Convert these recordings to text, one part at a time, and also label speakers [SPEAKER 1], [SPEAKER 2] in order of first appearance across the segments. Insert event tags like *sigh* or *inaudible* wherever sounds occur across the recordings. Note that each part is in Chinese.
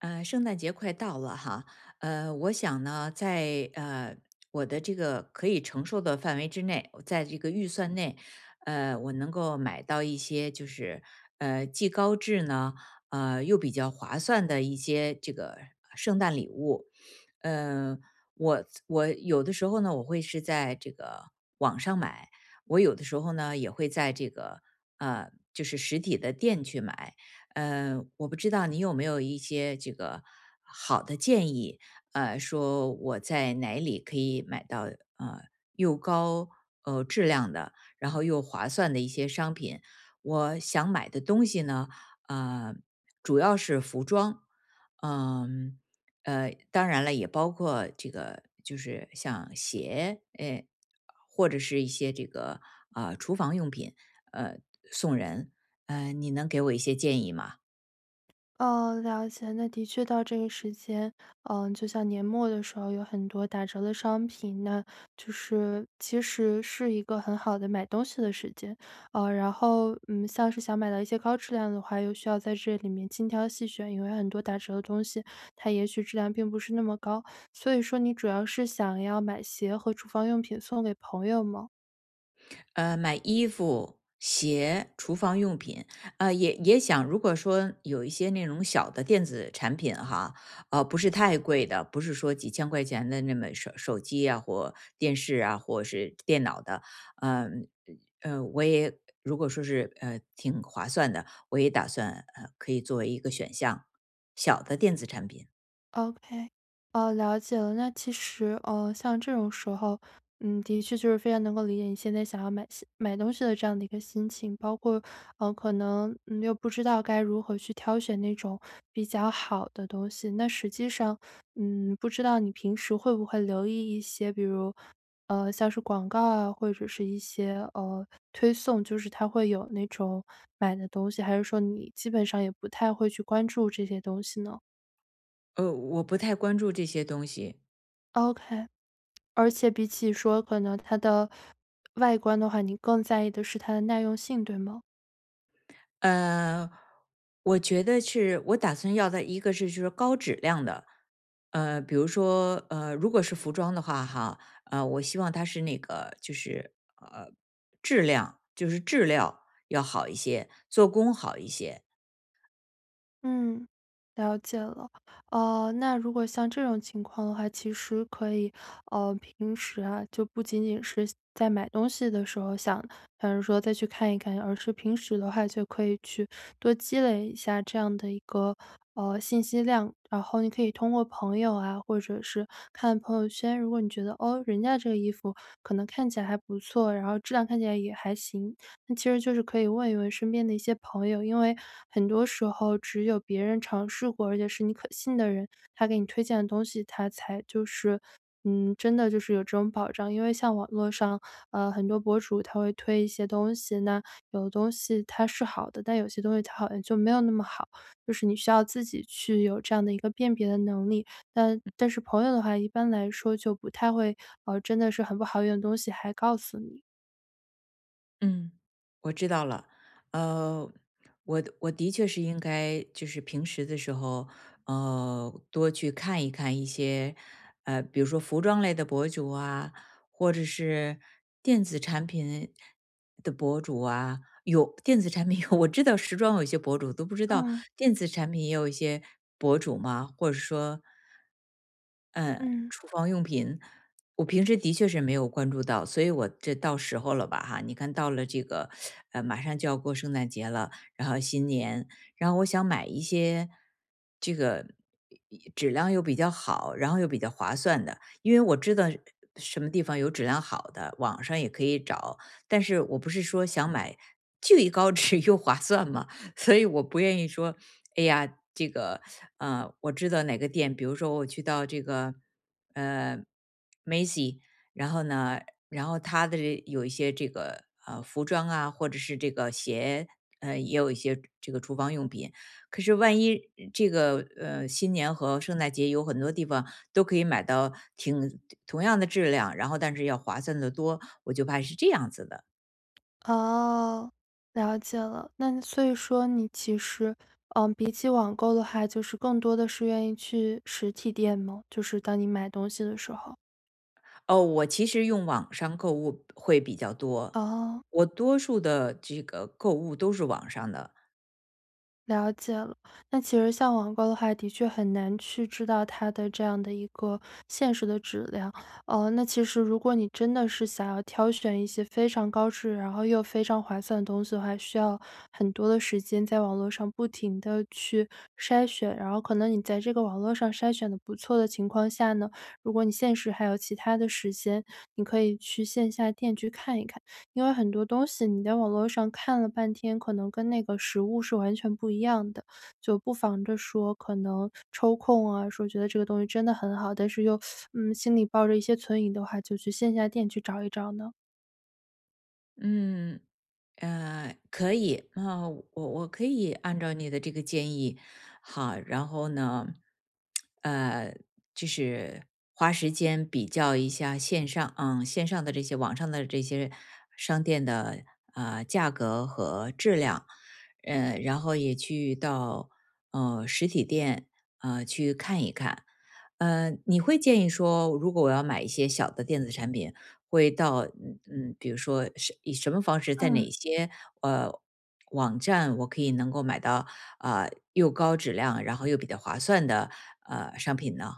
[SPEAKER 1] 圣诞节快到了哈，我想呢，在我的这个可以承受的范围之内，在这个预算内，我能够买到一些就是既高质呢，又比较划算的一些这个圣诞礼物。呃，我有的时候呢，我会是在这个网上买，我有的时候呢也会在这个就是实体的店去买。我不知道你有没有一些这个好的建议，说我在哪里可以买到呃又高质量的，然后又划算的一些商品。我想买的东西呢，呃，主要是服装，嗯，当然了，也包括这个就是像鞋，哎，或者是一些这个啊、厨房用品，呃，送人。你能给我一些建议吗？
[SPEAKER 2] 哦，了解。那的确到这个时间，就像年末的时候有很多打折的商品，那就是其实是一个很好的买东西的时间。像是想买到一些高质量的话，又需要在这里面精挑细选，因为很多打折的东西，它也许质量并不是那么高。所以说你主要是想要买鞋和厨房用品送给朋友吗？
[SPEAKER 1] 买衣服、鞋、厨房用品，也想，如果说有一些那种小的电子产品哈，不是太贵的，不是说几千块钱的那么手机啊，或电视啊，或是电脑的，呃我也如果说是挺划算的，我也打算可以作为一个选项，小的电子产品。
[SPEAKER 2] OK，哦，了解了。那其实,像这种时候，的确就是非常能够理解你现在想要买西买东西的这样的一个心情，包括，可能又不知道该如何去挑选那种比较好的东西。那实际上，不知道你平时会不会留意一些，比如，像是广告啊，或者是一些推送，就是它会有那种买的东西，还是说你基本上也不太会去关注这些东西呢
[SPEAKER 1] 我不太关注这些东西。
[SPEAKER 2] ？OK。而且比起说可能它的外观的话，你更在意的是它的耐用性，对吗？
[SPEAKER 1] 呃，我觉得是我打算要的一个是就是高质量的，比如说如果是服装的话哈，我希望它是那个就是呃质量，就是质量要好一些，做工好一些。
[SPEAKER 2] 嗯，了解了。那如果像这种情况的话，其实可以，平时啊，就不仅仅是在买东西的时候想，想着说再去看一看，而是平时的话就可以去多积累一下这样的一个信息量。然后你可以通过朋友啊，或者是看朋友圈，如果你觉得哦，人家这个衣服可能看起来还不错，然后质量看起来也还行，那其实就是可以问一问身边的一些朋友，因为很多时候只有别人尝试过，而且是你可信的人，他给你推荐的东西，他才真的就是有这种保障。因为像网络上，很多博主他会推一些东西，那有的东西它是好的，但有些东西它好像就没有那么好，就是你需要自己去有这样的一个辨别的能力。但是朋友的话，一般来说就不太会，真的是很不好用的东西还告诉你。
[SPEAKER 1] 嗯。我知道了，呃，我我的确是应该就是平时的时候，多去看一看一些，比如说服装类的博主啊，或者是电子产品的博主啊。有电子产品有，*laughs* 我知道时装有一些博主都不知道，
[SPEAKER 2] 嗯
[SPEAKER 1] 电子产品也有一些博主嘛，或者说嗯，
[SPEAKER 2] 嗯。
[SPEAKER 1] 厨房用品，我平时的确是没有关注到，所以我这到时候了吧哈？你看到了这个，马上就要过圣诞节了，然后新年，然后我想买一些这个质量又比较好，然后又比较划算的，因为我知道什么地方有质量好的，网上也可以找，但是我不是说想买既高 *laughs* 质又划算吗？所以我不愿意说，哎呀，这个我知道哪个店，比如说我去到这个呃 Macy，然后呢，然后它的这有一些这个服装啊，或者是这个鞋，也有一些这个厨房用品。可是万一这个新年和圣诞节有很多地方都可以买到挺同样的质量，然后但是要划算的多，我就怕是这样子的。
[SPEAKER 2] 哦，了解了。那所以说你其实，比起网购的话，就是更多的是愿意去实体店吗？就是当你买东西的时候。
[SPEAKER 1] 哦，我其实用网上购物会比较多，
[SPEAKER 2] 哦。
[SPEAKER 1] 我多数的这个购物都是网上的。
[SPEAKER 2] 了解了，那其实像网购的话，的确很难去知道它的这样的一个现实的质量。那其实如果你真的是想要挑选一些非常高质，然后又非常划算的东西的话，需要很多的时间在网络上不停的去筛选，然后可能你在这个网络上筛选的不错的情况下呢，如果你现实还有其他的时间，你可以去线下店去看一看。因为很多东西你在网络上看了半天，可能跟那个实物是完全不一样的，就不妨着说可能抽空啊,说觉得这个东西真的很好，但是又心里抱着一些存疑的话，就去线下店去找一找呢？
[SPEAKER 1] 嗯，可以，那我我可以按照你的这个建议，好，然后呢，呃，就是花时间比较一下线上，嗯，线上的这些网上的这些商店的啊、价格和质量，然后也去到实体店去看一看，你会建议说，如果我要买一些小的电子产品，会到嗯嗯，比如说是以什么方式，在
[SPEAKER 2] 嗯。
[SPEAKER 1] 哪些呃网站我可以能够买到啊、又高质量，然后又比较划算的商品呢？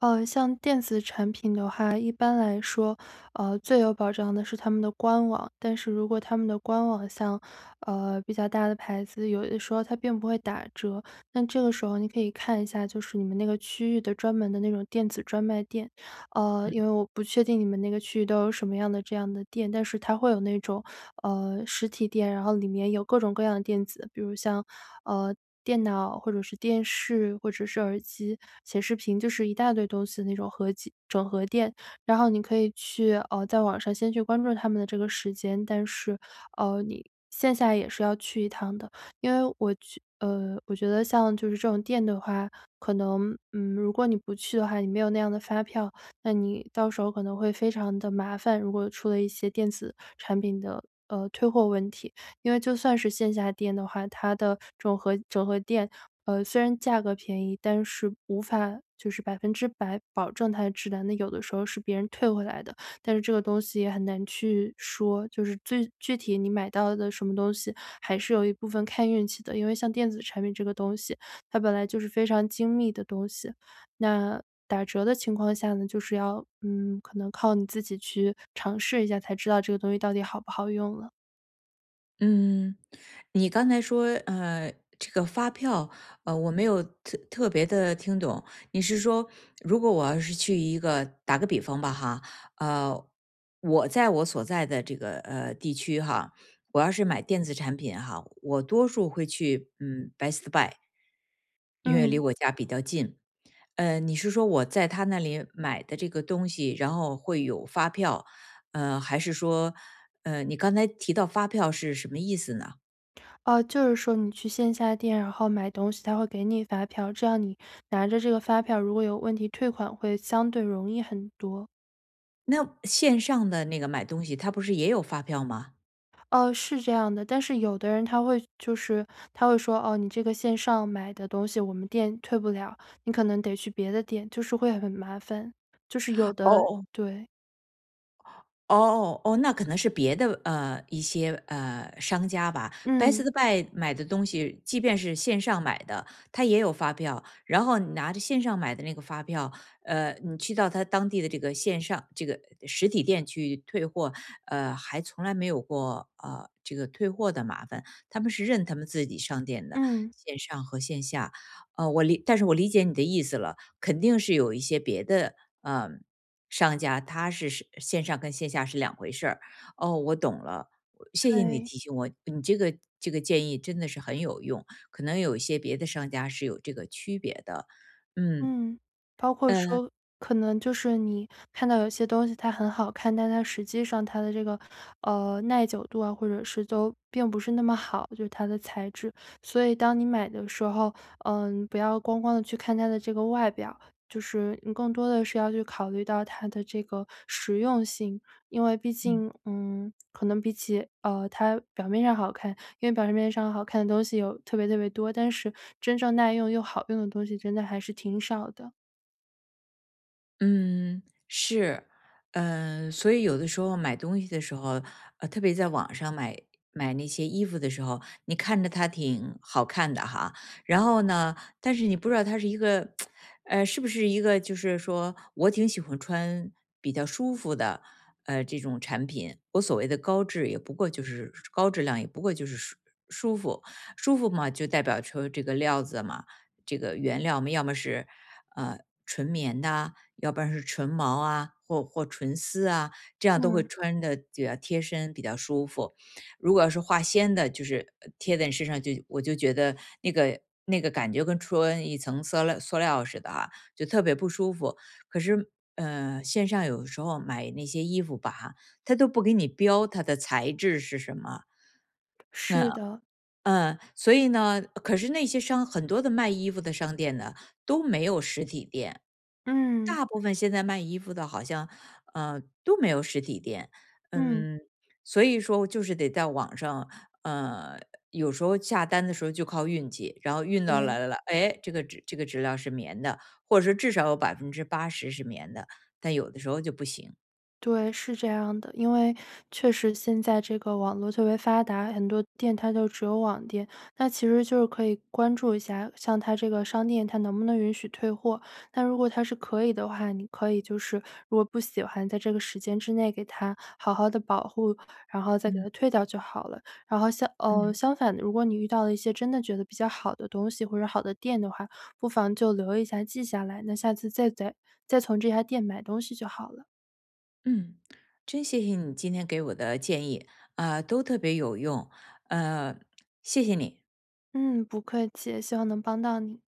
[SPEAKER 2] 像电子产品的话，一般来说，最有保障的是他们的官网。但是如果他们的官网像比较大的牌子，有的时候它并不会打折。那这个时候你可以看一下，就是你们那个区域的专门的那种电子专卖店。因为我不确定你们那个区域都有什么样的这样的店，但是它会有那种实体店，然后里面有各种各样的电子,比如像，呃，电脑或者是电视或者是耳机、显示屏，就是一大堆东西的那种合集整合店。然后你可以去在网上先去关注他们的这个时间，但是你线下也是要去一趟的。因为我觉得像就是这种店的话，可能，如果你不去的话，你没有那样的发票，那你到时候可能会非常的麻烦，如果出了一些电子产品的，呃，退货问题。因为就算是线下店的话，它的这种合整合店，虽然价格便宜，但是无法就是百分之百保证它的质量，那有的时候是别人退回来的，但是这个东西也很难去说，就是最具体你买到的什么东西，还是有一部分看运气的。因为像电子产品这个东西，它本来就是非常精密的东西，那打折的情况下呢,就是要,可能靠你自己去尝试一下，才知道这个东西到底好不好用了。
[SPEAKER 1] 嗯，你刚才说这个发票我没有特别的听懂，你是说如果我要是去一个打个比方吧哈，呃我在我所在的这个地区哈，我要是买电子产品哈，我多数会去嗯 Best Buy，因为离
[SPEAKER 2] 嗯，
[SPEAKER 1] 我家比较近。你是说我在他那里买的这个东西，然后会有发票，还是说，你刚才提到发票是什么意思呢？
[SPEAKER 2] 哦，就是说你去线下店，然后买东西，他会给你发票，这样你拿着这个发票，如果有问题退款会相对容易很多。
[SPEAKER 1] 那线上的那个买东西，他不是也有发票吗？
[SPEAKER 2] 哦，是这样的，但是有的人他会说：“哦，你这个线上买的东西我们店退不了，你可能得去别的店。”就是会很麻烦，就是有的
[SPEAKER 1] 哦
[SPEAKER 2] 对，
[SPEAKER 1] 哦哦，那可能是别的一些商家吧，Best
[SPEAKER 2] 嗯，
[SPEAKER 1] Buy 买的东西，即便是线上买的，它也有发票。然后你拿着线上买的那个发票，你去到他当地的这个线上这个实体店去退货，还从来没有过这个退货的麻烦。他们是认他们自己商店的
[SPEAKER 2] 嗯，
[SPEAKER 1] 线上和线下，但是我理解你的意思了，肯定是有一些别的。呃商家他是线上跟线下是两回事儿。哦，我懂了，我谢谢你
[SPEAKER 2] 对。
[SPEAKER 1] 提醒我，你这个这个建议真的是很有用，可能有一些别的商家是有这个区别的。嗯，
[SPEAKER 2] 嗯，包括
[SPEAKER 1] 呃，
[SPEAKER 2] 说可能就是你看到有些东西它很好看，但它实际上它的这个,耐久度啊，或者是都并不是那么好，就是它的材质。所以当你买的时候，不要光光的去看它的这个外表，就是你更多的是要去考虑到它的这个实用性。因为毕
[SPEAKER 1] 嗯。
[SPEAKER 2] 竟，嗯，可能比起，呃，它表面上好看，因为表面上好看的东西有特别特别多，但是真正耐用又好用的东西真的还是挺少的。
[SPEAKER 1] 嗯，是，嗯，所以有的时候买东西的时候，特别在网上买那些衣服的时候，你看着它挺好看的哈，然后呢，但是你不知道它是一个，是不是一个就是说我挺喜欢穿比较舒服的，这种产品，我所谓的高质也不过就是高质量，也不过就是舒服，舒服嘛，就代表说这个料子嘛，这个原料嘛，要么是呃纯棉的啊，要不然是纯毛啊，或纯丝啊，这样都会
[SPEAKER 2] 嗯，
[SPEAKER 1] 穿的比较贴身，比较舒服。如果要是化纤的，就是贴在你身上就我就觉得那个那个感觉跟穿一层塑料似的哈、就特别不舒服。可是线上有时候买那些衣服吧，它都不给你标它的材质是什么，
[SPEAKER 2] 是
[SPEAKER 1] 那、
[SPEAKER 2] 的，
[SPEAKER 1] 嗯，所以呢，可是那些商很多的卖衣服的商店呢，都没有实体店。
[SPEAKER 2] 嗯，
[SPEAKER 1] 大部分现在卖衣服的好像，都没有实体店。
[SPEAKER 2] 嗯，
[SPEAKER 1] 嗯，所以说就是得在网上，呃，有时候下单的时候就靠运气，然后运到来
[SPEAKER 2] 对。
[SPEAKER 1] 了，哎，这个质量是棉的，或者说至少有80%是棉的，但有的时候就不行。
[SPEAKER 2] 对，是这样的，因为确实现在这个网络特别发达，很多店它就只有网店，那其实就是可以关注一下，像它这个商店，它能不能允许退货。那如果它是可以的话，你可以就是如果不喜欢，在这个时间之内给它好好的保护，然后再给
[SPEAKER 1] 嗯
[SPEAKER 2] 它退掉就好了。
[SPEAKER 1] 嗯。
[SPEAKER 2] 相反的，如果你遇到了一些真的觉得比较好的东西或者好的店的话，不妨就留一下记下来，那下次再再再从这家店买东西就好了。
[SPEAKER 1] 嗯，真谢谢你今天给我的建议，啊、都特别有用，呃，谢谢你。
[SPEAKER 2] 嗯，不客气，希望能帮到你。